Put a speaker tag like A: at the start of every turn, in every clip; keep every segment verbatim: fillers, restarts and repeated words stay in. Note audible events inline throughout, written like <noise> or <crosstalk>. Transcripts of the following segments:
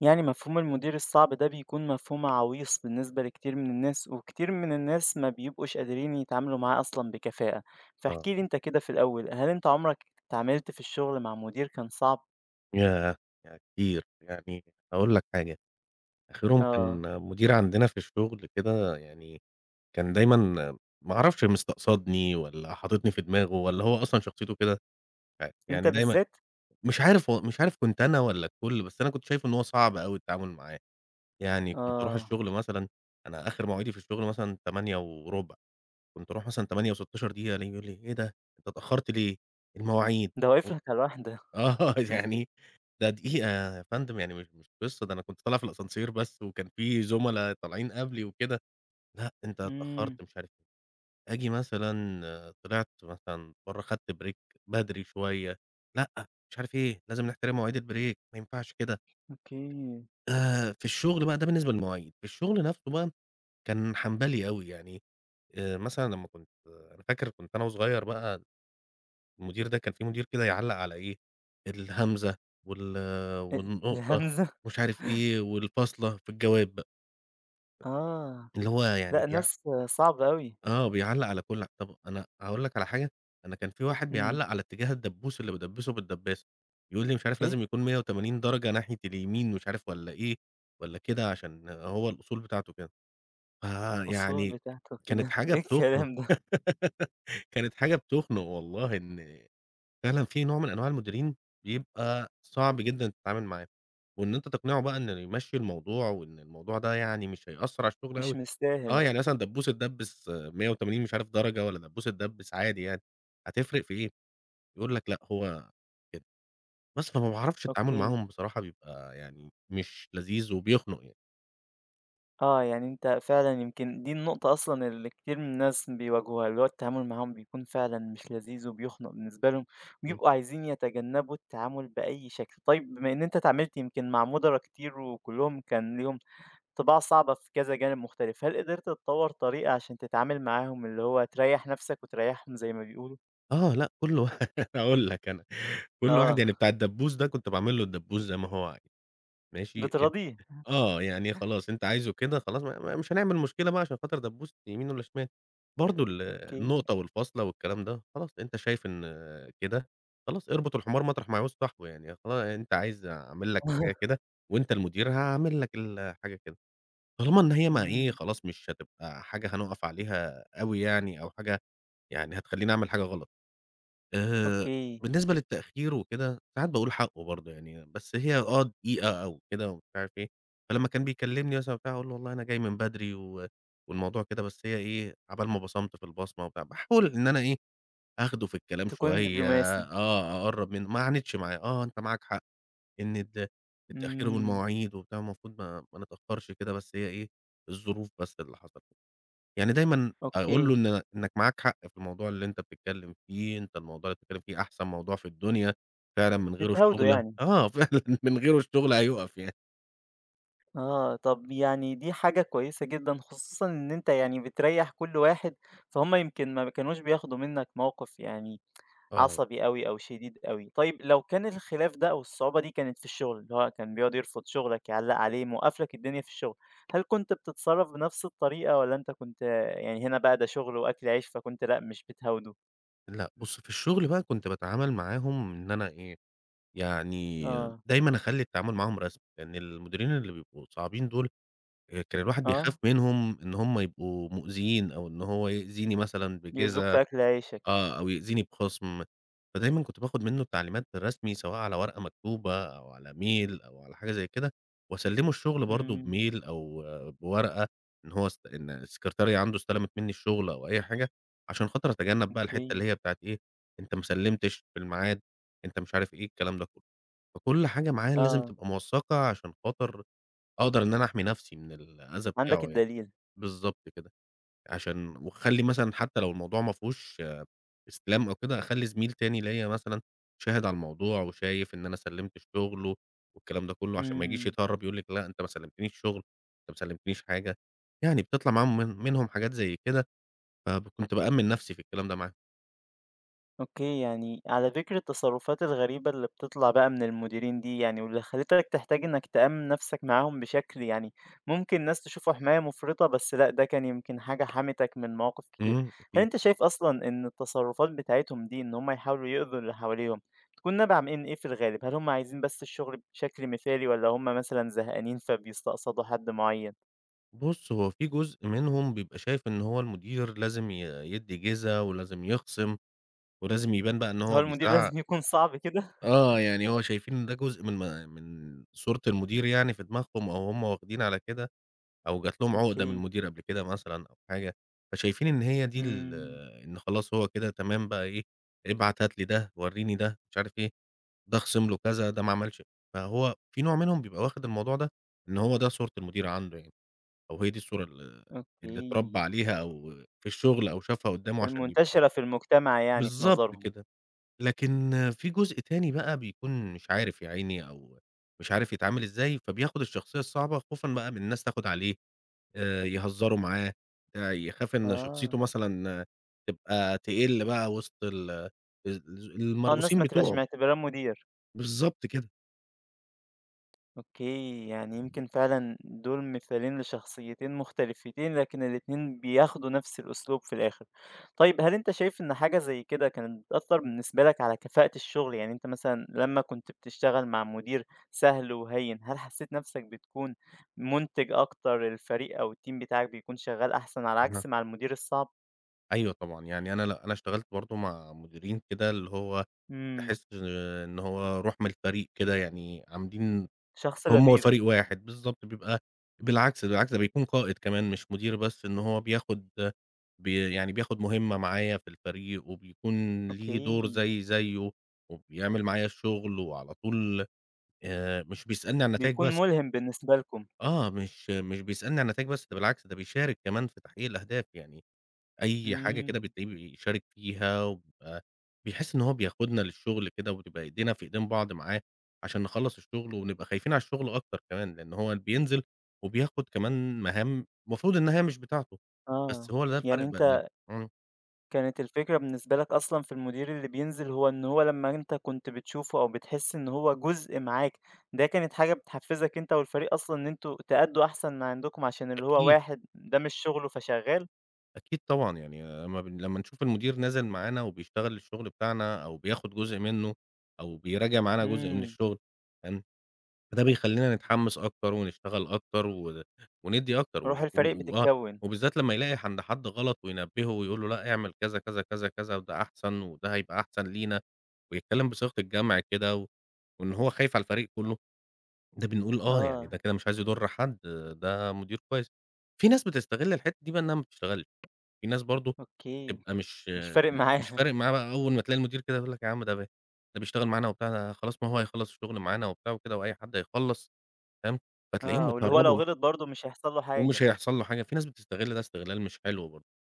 A: يعني مفهوم المدير الصعب ده بيكون مفهوم عويص بالنسبة لكتير من الناس، وكتير من الناس ما بيبقوش قادرين يتعاملوا معاه أصلا بكفاءة.
B: آه،
A: فاحكي لي انت كده في الأول، هل انت عمرك اتعاملت في الشغل مع مدير كان صعب؟
B: ياه! ياه كتير، يعني هاقول لك حاجة، آخرهم كان
A: اه،
B: مدير عندنا في الشغل كده يعني كان دايمًا ما أعرفش مستقصدني والّا حاططني في دماغه والّا هو أصلًا شخصيته كده، مش عارف،
A: انت
B: يعني دايمًا
A: بالذات؟
B: مش عارف هو مش عارف كنت أنا والّا الكل، بس أنا كنت شايفه إن هو صعب أوي التعامل معاه، يعني كنت أروح
A: اه،
B: الشغل مثلًا أنا آخر مواعيدي في الشغل مثلًا تمانية وربع كنت أروح مثلًا تمانية وستاشر دقيقة ألاقيه بيقول لي: "إيه ده؟ أنت اتأخرت ليه؟ المواعيد."
A: ده واقف
B: و
A: لك على الواحدة؟
B: آه، <laughs> يعني ده دقيقة يا فندم، يعني مش مش قصة، ده أنا كنت طالع في الascenseur بس وكان في زُملا طالعين قبلي وكده، لأ، أنت
A: امم.
B: اتأخرت مش عارف إيه، آجي مثلًا آه، طلعت مثلًا برّه خدت break بدري شوية، لأ، مش عارف إيه، لازم نحترم مواعيد الbreak ما ينفعش كده.
A: اوكي.
B: آآ، في الشغل بقى ده بالنسبة للمواعيد، في الشغل نفسه بقى كان حنبلي أوي، يعني آآ، مثلًا لمّا كنت أنا فاكر كنت أنا وصغير بقى المدير ده كان في مدير كده يعلّق على إيه، الهمزة وال
A: ال-
B: والنقطة
A: الهمزة
B: مش عارف
A: <laughs>
B: إيه، والفاصلة في الجواب بقى،
A: اه.
B: اللي هو
A: لا،
B: يعني بيع
A: ناس صعبة أوي.
B: آه، بيعلّق على كل طب أنا هاقول لك على حاجة، أنا كان في واحد
A: امم.
B: بيعلّق على اتجاه الدبوس اللي بادبّسه بالدبّاسة، يقول لي مش عارف
A: ايه،
B: لازم يكون مية وتمانين درجة ناحية اليمين مش عارف والّا إيه، والّا كده عشان هو الأصول بتاعته كده،
A: أصول
B: فيعني
A: بتاعته
B: كانت
A: كده؟ <laughs>
B: حاجة
A: ايه
B: بتخنق
A: الكلام ده؟
B: <laughs> كانت حاجة بتخنق والله إن فعلًا في نوع من أنواع المديرين بيبقى صعب جدًا تتعامل معاه، وإن أنت تقنعه بقى إنه يمشّي الموضوع وإن الموضوع ده يعني مش هيأثّر على الشغل
A: مش
B: أوي، آه،
A: مستاهل.
B: يعني مثلًا دبوس اتدبّس مية وتمانين مش عارف درجة والّا دبوس اتدبّس عادي يعني، هتفرق في إيه؟ يقول لك لأ هو كده، بس فما باعرفش التعامل
A: اوكي.
B: معاهم بصراحة بيبقى يعني مش لذيذ وبيخنق يعني،
A: آه، يعني أنت فعلًا يمكن دي النقطة أصلًا اللي كتير من الناس بيواجهوها، اللي هو التعامل معاهم بيكون فعلًا مش لذيذ وبيخنق بالنسبة لهم،
B: إمم،
A: وبيبقوا عايزين يتجنبوا التعامل بأي شكل. طيب بما إن أنت اتعاملت يمكن مع مُدراء كتير وكلّهم كان ليهم طِباع صعبة في كذا جانب مختلف، هل قدرت تطوّر طريقة عشان تتعامل معاهم اللي هو تريّح نفسك وتريّحهم زي ما بيقولوا؟
B: آه، لأ كل <laughs> وا هاقول لك أنا، كل واحد يعني
A: آه،
B: بتاع الدبوس ده كنت باعمل له الدبوس زي ما هو عايز، ماشي
A: بتراضيه.
B: آه، يعني خلاص أنت عايزه كده خلاص ما ما مش هنعمل مشكلة بقى عشان خاطر دبوس يمين والّا شمال، برضه ال
A: أوكي.
B: النقطة والفاصلة والكلام ده خلاص أنت شايف إن كده، خلاص اربط الحمار مطرح ما يعوز صاحبه يعني خلا أنت عايز أعمل لك الحاجة
A: <laughs>
B: كده وأنت المدير هاعمل لك الحاجة كده، طالما إن هي ما إيه
A: إمم.
B: خلاص مش هتبقى حاجة هنقف عليها أوي يعني أو حاجة يعني هتخلّيني أعمل حاجة غلط. آآ،
A: أوكي.
B: بالنسبة للتأخير وكده، ساعات باقول حقه برضه يعني، بس هي آه دقيقة أو كده ومش عارف إيه، فلمّا كان بيكلمني مثلًا وبتاع أقول له والله أنا جاي من بدري و والموضوع كده بس هي إيه، عقبال ما بصمت في البصمة وبتاع، باحاول إن أنا إيه، آخده في الكلام
A: تكون
B: شوية
A: دبلوماسي.
B: آه، أقرّب منه ما عاندش معاه، آه أنت معاك حق إن ال التأخير
A: إمم.
B: والمواعيد وبتاع المفروض ما ما نتأخرش كده، بس هي إيه، الظروف بس اللي حصلت. يعني دايمًا أقول له
A: أوكي،
B: إن إنك معاك حق في الموضوع اللي أنت بتتكلّم فيه، أنت الموضوع اللي بتتكلّم فيه أحسن موضوع في الدنيا، فعلًا من غيره
A: بتهاوده
B: الشغل
A: يعني.
B: آه، <laughs> فعلًا من غيره الشغل هيُقف يعني.
A: آه، طب يعني دي حاجة كويسة جدًا، خصوصًا إن أنت يعني بتريّح كل واحد، فهُم يمكن ما كانوش بياخدوا منك موقف يعني
B: آه.
A: عصبي أوي أو شديد أوي. طيب لو كان الخلاف ده أو الصعوبة دي كانت في الشغل، اللي هو كان بيقعد يرفض شغلك، يعلّق عليه، موقّف لك الدنيا في الشغل، هل كنت بتتصرّف بنفس الطريقة والّا أنت كنت يعني هنا بقى ده شغل وأكل عيش فكنت لأ، مش بتهاوده؟
B: لأ بُص، في الشغل بقى كنت باتعامل معاهم إن أنا إيه، يعني
A: آه.
B: دايمًا أخلّي التعامل معاهم رسمي، لإن المديرين اللي بيبقوا صعبين دول آآ، كان الواحد بيخاف
A: آه،
B: منهم إن هم يبقوا مؤذيين أو إن هو يأذيني مثلًا
A: يأذوك
B: بجِزة
A: في أكل عيشك.
B: آه، أو يأذيني بخصم، فدايمًا كنت باخد منه التعليمات بالرسمي سواء على ورقة مكتوبة أو على ميل أو على حاجة زي كده، وأسلّمه الشغل برضه
A: إمم.
B: بميل أو آه، بورقة إن هو است إن السكرتارية عنده استلمت منّي الشغل أو أي حاجة، عشان خاطر أتجنب بقى الحتّة
A: أوكي.
B: اللي هي بتاعة إيه، أنت ما سلّمتش في الميعاد، أنت مش عارف إيه، الكلام ده كلّه. فكل حاجة معايا لازم
A: آه،
B: تبقى موثّقة عشان خاطر أقدر إن أنا أحمي نفسي من الأذى
A: عندك
B: بتاعه يعني.
A: الدليل.
B: بالضبط كده. عشان وأخلّي مثلًا حتى لو الموضوع ما فيهوش آه، استلام أو كده، أخلّي زميل تاني ليّا مثلًا شاهد على الموضوع وشايف إن أنا سلِّمت الشغل والكلام ده كلّه، عشان ما يجيش
A: إمم.
B: يتهرّب يقول لِك لأ أنت ما سلِّمتنيش شغل، أنت ما سلِّمتنيش حاجة، يعني بتطلع معاهم من منهم حاجات زي كده، فكنت بأمِّن نَفْسي في الكلام ده معاهم.
A: أوكي، يعني على فكرة التصرفات الغريبة اللي بتطلع بقى من المديرين دي، يعني واللي خلّتك تحتاج إنك تأمِّن نفسك معاهم بشكل يعني ممكن الناس تشوفه حماية مُفرطة، بس لأ، ده كان يمكن حاجة حمتك من مواقف كتير.
B: إمم،
A: هل
B: أكيد.
A: أنت شايف أصلًا إن التصرفات بتاعتهم دي، إن هم يحاولوا يؤذوا اللي حواليهم، بتكون نابعة من إيه في الغالب؟ هل هم عايزين بس الشغل بشكل مثالي والّا هم مثلًا زهقانين فبيستقصدوا حد معين؟
B: بُص، هو في جزء منهم بيبقى شايف إن هو المدير لازم ي يدّي جِزا ولازم يخصم ولازم يبان بقى إن
A: هو
B: هو
A: المدير <laughs>
B: بيزعّق.
A: لازم يكون صعب كده؟
B: آه، يعني هو شايفين إن ده جزء من م من صورة المدير يعني في دماغهم أو هم واخدين على كده أو جات لهم عقدة من
A: أوكي.
B: المدير قبل كده مثلًا أو حاجة، فشايفين إن هي دي ال
A: إمم.
B: إن خلاص هو كده تمام بقى إيه، ابعت هات لي ده، ورّيني ده، مش عارف إيه، ده خِصم له كذا، ده ما عملش فهو في نوع منهم بيبقى واخد الموضوع ده إن هو ده صورة المدير عنده يعني، أو هي دي الصورة ال اللي اتربى
A: أوكي.
B: عليها أو في الشغل أو شافها قدّامه عشان يبقى
A: المنتشرة في المجتمع يعني في
B: بالضبط
A: نظرهم.
B: كده. لكن في جزء تاني بقى بيكون مش عارف يا عيني أو مش عارف يتعامل إزاي، فبياخد الشخصية الصعبة خوفًا بقى من الناس تاخد عليه، آآ يهزروا معاه، آآ يخاف إن شخصيته
A: آه.
B: مثلًا آه، تبقى تقِل بقى وسط ال ال
A: آه، الناس
B: المرؤوسين
A: ما تبقاش
B: بتوعه،
A: معتبراه مدير.
B: بالضبط كده.
A: أوكي، يعني يمكن فعلًا دول مثالين لشخصيتين مختلفتين، لكن الاتنين بياخدوا نفس الأسلوب في الآخر. طيب هل أنت شايف إن حاجة زي كده كانت بتأثّر بالنسبة لك على كفاءة الشغل؟ يعني أنت مثلًا لمّا كنت بتشتغل مع مدير سهل وهين، هل حسّيت نفسك بتكون مُنتِج أكتر، الفريق أو الteam بتاعك بيكون شغّال أحسن على عكس
B: أها،
A: مع المدير الصعب؟
B: أيوه طبعًا، يعني أنا لأ، أنا اشتغلت برضه مع مديرين كده اللي هو
A: إمم.
B: تحس إن هو روح من الفريق كده، يعني عاملين
A: شخص
B: هم
A: لذيذ.
B: والفريق واحد، بالضبط بيبقى بالعكس، بالعكس ده بيكون قائد كمان مش مدير بس، إن هو بياخد بي يعني بياخد مهمة معايا في الفريق، وبيكون ليه دور
A: أوكي.
B: زيي زيه، وبيعمل معايا الشغل، وعلى طول آآ مش بيسألني عن النتايج
A: بيكون
B: بس،
A: ملهم بالنسبة لكم.
B: آه مش مش بيسألني عن النتايج بس، ده بالعكس ده بيشارك كمان في تحقيق الأهداف يعني، أي حاجة كده
A: إمم.
B: بتلاقيه بيشارك فيها، وبيبقى بيحس إن هو بياخدنا للشغل كده، وبتبقى إيدينا في إيدين بعض معاه، عشان نخلّص الشغل، ونبقى خايفين على الشغل أكتر كمان، لأن هو بينزل وبياخد كمان مهام المفروض إنها مش بتاعته، بس
A: آه،
B: هو ده
A: يعني
B: الفرق بيننا.
A: أنت
B: إمم،
A: كانت الفكرة بالنسبة لك أصلًا في المدير اللي بينزل، هو إن هو لمّا أنت كنت بتشوفه أو بتحس إن هو جزء معاك، ده كانت حاجة بتحفزك أنت والفريق أصلًا إن أنتم تأدّوا أحسن ما عندكم عشان اللي هو
B: أكيد،
A: واحد ده مش شغله فشغال؟
B: أكيد طبعًا، يعني أمّا بن لمّا نشوف المدير نازل معانا وبيشتغل الشغل بتاعنا، أو بياخد جزء منه، أو بيراجع معانا جزء من
A: إمم.
B: الشغل، هن فده بيخلّينا نتحمّس أكتر ونشتغل أكتر و وندّي أكتر
A: روح
B: و
A: الفريق
B: و وآه،
A: بتتكوّن.
B: وبالذات لمّا يلاقي عند حد غلط وينبّهه ويقول له لأ اعمل كذا، كذا، كذا، كذا وده أحسن وده هيبقى أحسن لينا، ويتكلّم بصيغة الجمع كده و وإن هو خايف على الفريق كُلّه، ده بنقول آه، يعني
A: آه.
B: ده كده مش عايز يضر حد، ده مدير كويس. في ناس بتستغل الحتّة دي بقى إنها ما بتشتغلش، في ناس برضه
A: أوكي.
B: تبقى مش
A: مش فارق
B: مش
A: معاه. <laughs>
B: فارق معاها بقى أول ما تلاقي المدير كده يقول لك يا عم ده ب ده بيشتغل معانا وبتاع، ده خلاص ما هو هيخلّص الشغل معانا وبتاع وكده وأي حد هيخلّص. تمام، فتلاقيهم
A: آه، واللي هو لو
B: اتهرّبوا
A: غلط برضه مش هيحصل له حاجة.
B: ومش هيحصل له حاجة، في ناس بتستغل ده استغلال مش حلو برضه.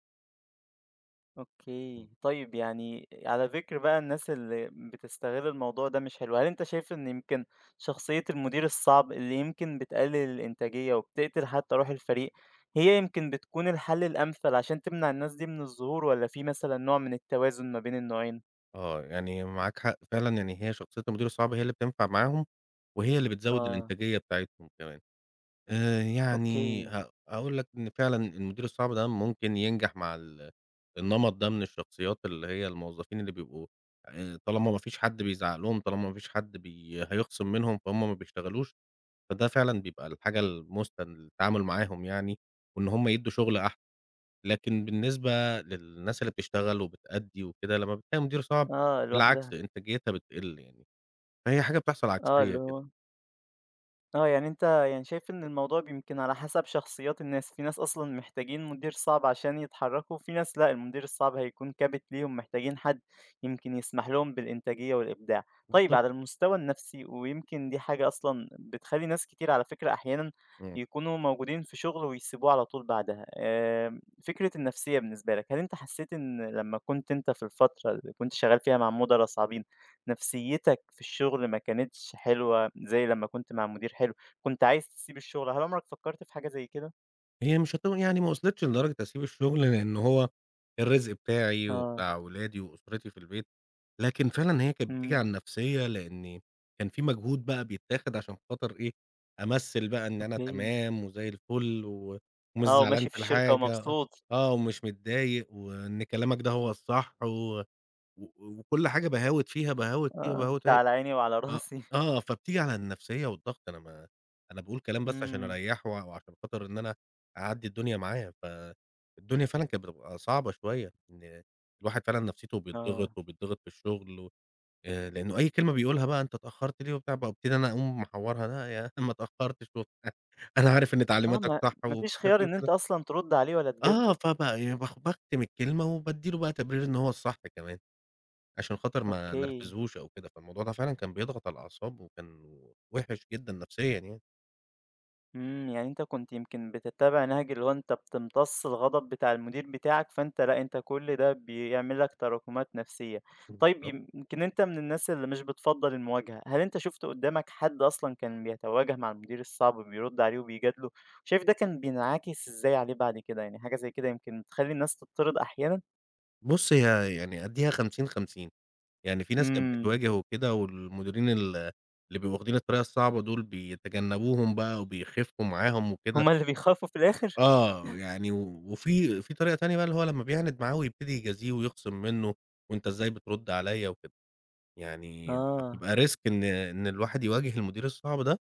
B: إمم.
A: أوكي، طيب يعني على ذكر بقى الناس اللي بتستغل الموضوع ده مش حلو، هل أنت شايف إن يمكن شخصية المدير الصعب اللي يمكن بتقلل الإنتاجية وبتقتل حتى روح الفريق، هي يمكن بتكون الحل الأمثل عشان تمنع الناس دي من الظهور والّا في مثلًا نوع من التوازن ما بين النوعين؟
B: آه، يعني معاك حق فعلًا، يعني هي شخصية المدير الصعب هي اللي بتنفع معاهم، وهي اللي بتزوّد
A: آه.
B: الإنتاجية بتاعتهم كمان. آآ يعني
A: أوكي.
B: ه هاقول لك إن فعلًا المدير الصعب ده ممكن ينجح مع ال النمط ده من الشخصيات، اللي هي الموظفين اللي بيبقوا آآ طالما ما فيش حد بيزعّق لهم، طالما ما فيش حد بي هيخصم منهم، فهُم ما بيشتغلوش، فده فعلًا بيبقى الحاجة المُثلى للتعامل معاهم يعني، وإن هُم يدّوا شغل أحسن. لكن بالنسبة للناس اللي بتشتغل وبتأدّي وكده، لمّا بتلاقي مدير صعب
A: آه، لوحدها.
B: بالعكس إنتاجيتها بتقِل يعني، فهي حاجة بتحصل
A: آه، اللي
B: عكسية كده.
A: هو آه، يعني أنت يعني شايف إن الموضوع يمكن على حسب شخصيات الناس، في ناس أصلًا محتاجين مدير صعب عشان يتحركوا، وفي ناس لأ، المدير الصعب هيكون كابت ليهم، محتاجين حد يمكن يسمح لهم بالإنتاجية والإبداع. طيب
B: بالضبط،
A: على المستوى النفسي، ويمكن دي حاجة أصلًا بتخلّي ناس كتير على فكرة أحيانًا
B: آه.
A: يكونوا موجودين في شغل ويسيبوه على طول بعدها، آمم، فكرة النفسية بالنسبة لك، هل أنت حسيت إن لمّا كنت أنت في الفترة اللي كنت شغال فيها مع مُدراء صعبين، نفسيتك في الشغل ما كانتش حلوة زي لمّا كنت مع مدير حلو، كنت عايز تسيب الشغل، هل عمرك فكّرت في حاجة زي كده؟
B: هي مش هت يعني ما وصلتش لدرجة أسيب الشغل، لإن هو الرزق بتاعي
A: آه.
B: وبتاع ولادي وأسرتي في البيت، لكن فعلًا هي كانت بتيجي على
A: إمم.
B: النفسية، لإني كان في مجهود بقى بيتاخد عشان خاطر إيه، أمثّل بقى إن أنا
A: أوكي.
B: تمام وزي الفل و ومش
A: آه،
B: زعلان
A: وماشي في
B: في
A: الشركة
B: الحاجة،
A: ومبسوط.
B: آه، ومش متضايق وإن كلامك ده هو الصح و و وكل حاجة باهاوت فيها،
A: آه،
B: باهاوت فيها،
A: <laughs>
B: باهاوت
A: أنت
B: أهي
A: على عيني وعلى
B: آه،
A: راسي.
B: آه، فبتيجي على النفسية والضغط، أنا ما أنا باقول كلام بس عشان
A: إمم.
B: أريّحه و وعشان خاطر إن أنا أعدّي الدنيا معاه، فالدنيا فعلًا كانت بتبقى صعبة شوية، إن الواحد فعلًا نفسيته
A: آه.
B: بيتضغط وبيتضغط في الشغل و آآ، لإنه أي كلمة بيقولها بقى أنت اتأخرت ليه وبتاع، بابتدي أنا أقوم محوّرها، لا يا <laughs> ما اتأخرتش وبتاع، <laughs> أنا عارف إن
A: آه،
B: تعليماتك
A: ما
B: صح
A: ما
B: ومش
A: فيش
B: عارف
A: خيار
B: إيه
A: إن أنت
B: وكده،
A: أصلًا ترُد عليه ولا
B: آه،
A: تجادله.
B: فب باخ باكتم الكلمة وبادّي له بقى تبرير إن هو الصح كمان. عشان خاطر ما
A: أوكي.
B: نرفزهوش أو كده، فالموضوع ده فعلًا كان بيضغط على الأعصاب وكان وِحِش جدًا نفسيًا يعني،
A: إمم، يعني أنت كنت يمكن بتتّبع نهج اللي هو أنت بتمتص الغضب بتاع المدير بتاعك، فأنت لأ، أنت كل ده بيعمل لك تراكمات نفسية. طيب
B: بالضبط.
A: يم- يمكن أنت من الناس اللي مش بتفضّل المواجهة، هل أنت شُفت قدّامك حد أصلًا كان بيتواجه مع المدير الصعب وبيرُد عليه وبيجادله، شايف ده كان بينعكس إزاي عليه بعد كده؟ يعني حاجة زي كده يمكن بتخلّي الناس تطّرد أحيانًا؟
B: بُص هي يعني أدّيها خمسين، خمسين يعني في ناس كانت
A: إمم.
B: بتواجه وكده والمديرين ال اللي بيبقوا واخدين الطريقة الصعبة دول بيتجنبوهم بقى وبيخفوا معاهم وكده
A: هم اللي بيخافوا في الآخر؟
B: آه، يعني و وفي في طريقة تانية بقى اللي هو لمّا بيعاند معاه ويبتدي يجازيه ويخصم منه، وأنت إزاي بترُد عليَّ وكده، يعني
A: آه،
B: فبتبقى risk إن إن الواحد يواجه المدير الصعب ده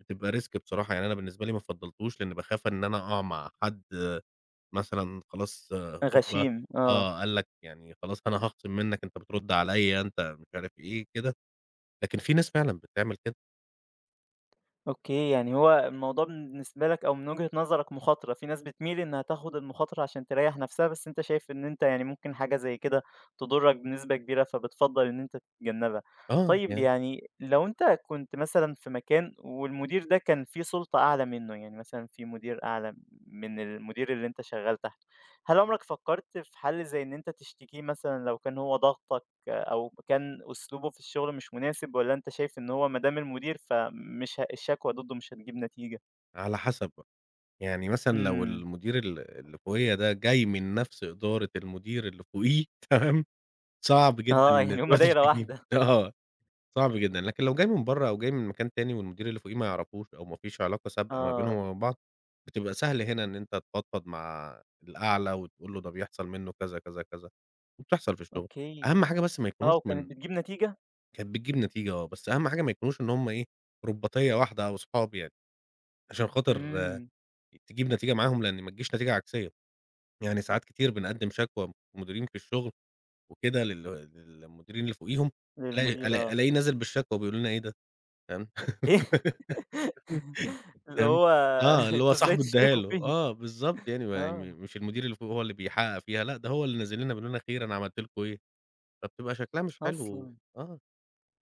B: بتبقى risk بصراحة، يعني أنا بالنسبة لي ما فضّلتوش لإن باخاف إن أنا أقع مع حد مثلًا خلاص آه، هوبا
A: غشيم، آه.
B: آه، قال لك يعني خلاص أنا هاخصم منّك، أنت بترُد عليّا، أنت مش عارف إيه كده، لكن في ناس فعلًا بتعمل كده،
A: أوكي، يعني هو الموضوع بالنسبة لك أو من وجهة نظرك مخاطرة، في ناس بتميل إنها تاخد المخاطرة عشان تريّح نفسها، بس أنت شايف إن أنت يعني ممكن حاجة زي كده تضرك بنسبة كبيرة، فبتفضّل إن أنت تتجنبها.
B: آه،
A: طيب
B: يعني
A: يعني لو أنت كنت مثلًا في مكان والمدير ده كان في سُلطة أعلى منه، يعني مثلًا في مدير أعلى من المدير اللي أنت شغال تحته، هل عمرك فكرت في حل زي إن أنت تشتكيه مثلًا لو كان هو ضاغطك؟ أو كان أسلوبه في الشغل مش مناسب، والّا أنت شايف إن هو ما دام المدير فمش ه الشكوى ضده مش هتجيب نتيجة؟
B: على حسب بقى، يعني مثلًا لو
A: إمم.
B: المدير ال اللي فوقيّا ده جاي من نفس إدارة المدير اللي فوقيه <laughs> تمام، صعب جدًا
A: آه،
B: إن
A: يعني هُم
B: تروح
A: دايرة
B: تشتكيه،
A: واحدة.
B: آه. صعب جدًا، لكن لو جاي من برّه أو جاي من مكان تاني والمدير اللي فوقيه ما يعرفوش أو ما فيش علاقة سابقة ما بينهم
A: آه.
B: وما بين بعض، بتبقى سهل هنا إن أنت تفضفض مع الأعلى وتقول له ده بيحصل منّه كذا، كذا، كذا، وبتحصل في الشغل.
A: أوكي.
B: أهم حاجة بس ما يكونوش
A: آه،
B: من
A: وكانت بتجيب نتيجة؟
B: كانت بتجيب نتيجة آه، بس أهم حاجة ما يكونوش إن هم إيه، رُباطية واحدة أو صحاب يعني، عشان خاطر آه،
A: إمم.
B: تجيب نتيجة معاهم لإن ما تجيش نتيجة عكسية. يعني ساعات كتير بنقدّم شكوى مديرين في الشغل وكده لل للمديرين اللي فوقيهم، ألاقي
A: للمدير،
B: ألا
A: آه.
B: ألاقيه نازل بالشكوى وبيقولوا لنا إيه ده، فاهم؟
A: <laughs> إيه
B: إمم. <laughs>
A: اللي
B: فاهم؟
A: هو
B: آه،
A: <laughs>
B: اللي هو
A: أنتم إزاي
B: صاحبه ادّاها
A: تشتكوا
B: له،
A: فيه؟
B: آه بالضبط يعني ما يعني
A: آه،
B: م مش المدير اللي فوق هو اللي بيحقق فيها، لأ ده هو اللي نازل لنا بيقول لنا خير أنا عملت لكم إيه، فبتبقى شكلها مش حلو
A: أصلًا.
B: آه،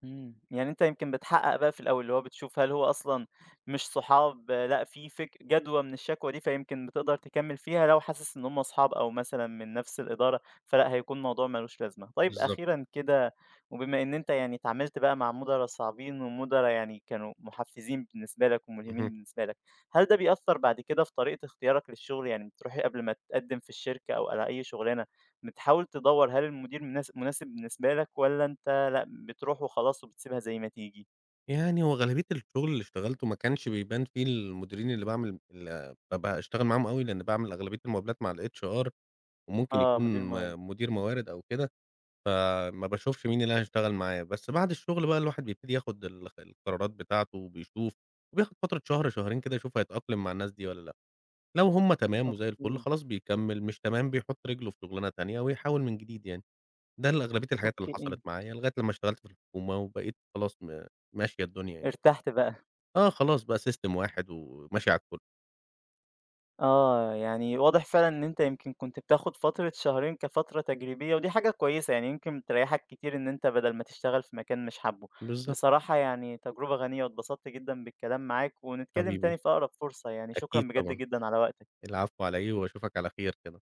A: إمم، يعني أنت يمكن بتحقق بقى في الأول، اللي هو بتشوف هل هو أصلًا مش صحاب، آه، لأ في فك جدوى من الشكوى دي، فيمكن بتقدر تكمّل فيها لو حاسس إن هُم أصحاب أو مثلًا من نفس الإدارة، فلأ هيكون الموضوع ما لوش لازمة. طيب
B: بالضبط كده،
A: أخيرًا كده، وبما إن أنت يعني اتعاملت بقى مع مُدراء صعبين ومُدراء يعني كانوا محفزين بالنسبة لك وملهمين
B: اهم.
A: بالنسبة لك، هل ده بيأثّر بعد كده في طريقة اختيارك للشغل؟ يعني بتروح قبل ما تقدّم في الشركة أو على أي شغلانة بتحاول تدوّر هل المدير مناس مناسب بالنسبة لك والّا أنت لأ، بتروح وخلاص وبتسيبها زي ما تيجي؟
B: يعني هو غالبية الشغل اللي اشتغلته ما كانش بيبان فيه المديرين اللي باعمل ال بابقى اشتغل معاهم أوي، لإن باعمل أغلبية المقابلات مع الHR وممكن
A: آه،
B: يكون
A: مدير موارد.
B: م مدير موارد أو كده. ما باشوفش مين اللي أنا هاشتغل معاه، بس بعد الشغل بقى الواحد بيبتدي ياخد ال القرارات بتاعته وبيشوف، وبياخد فترة شهر، شهرين كده يشوف هيتأقلم مع الناس دي والّا لأ، لو هُم تمام وزي الفل
A: أوكي.
B: خلاص بيكمّل، مش تمام بيحط رجله في شغلانة تانية ويحاول من جديد يعني، ده ال أغلبية الحاجات اللي
A: أوكي،
B: حصلت
A: ايه،
B: معايا لغاية لمّا اشتغلت في الحكومة وبقيت خلاص م ماشية الدنيا يعني،
A: ارتحت بقى.
B: آه خلاص بقى system واحد وماشي على الكل،
A: آه، يعني واضح فعلًا إن أنت يمكن كنت بتاخد فترة شهرين كفترة تجريبية، ودي حاجة كويسة، يعني يمكن بتريّحك كتير إن أنت بدل ما تشتغل في مكان مش حابه.
B: بالضبط
A: بصراحة يعني تجربة غنية، واتبسطت جدًا بالكلام معاك، ونتكلم تاني
B: حبيبي،
A: في أقرب فرصة يعني. شكرًا
B: أكيد
A: بجد
B: طبعًا،
A: جدًا على وقتك.
B: العفو على إيه وأشوفك على خير كده.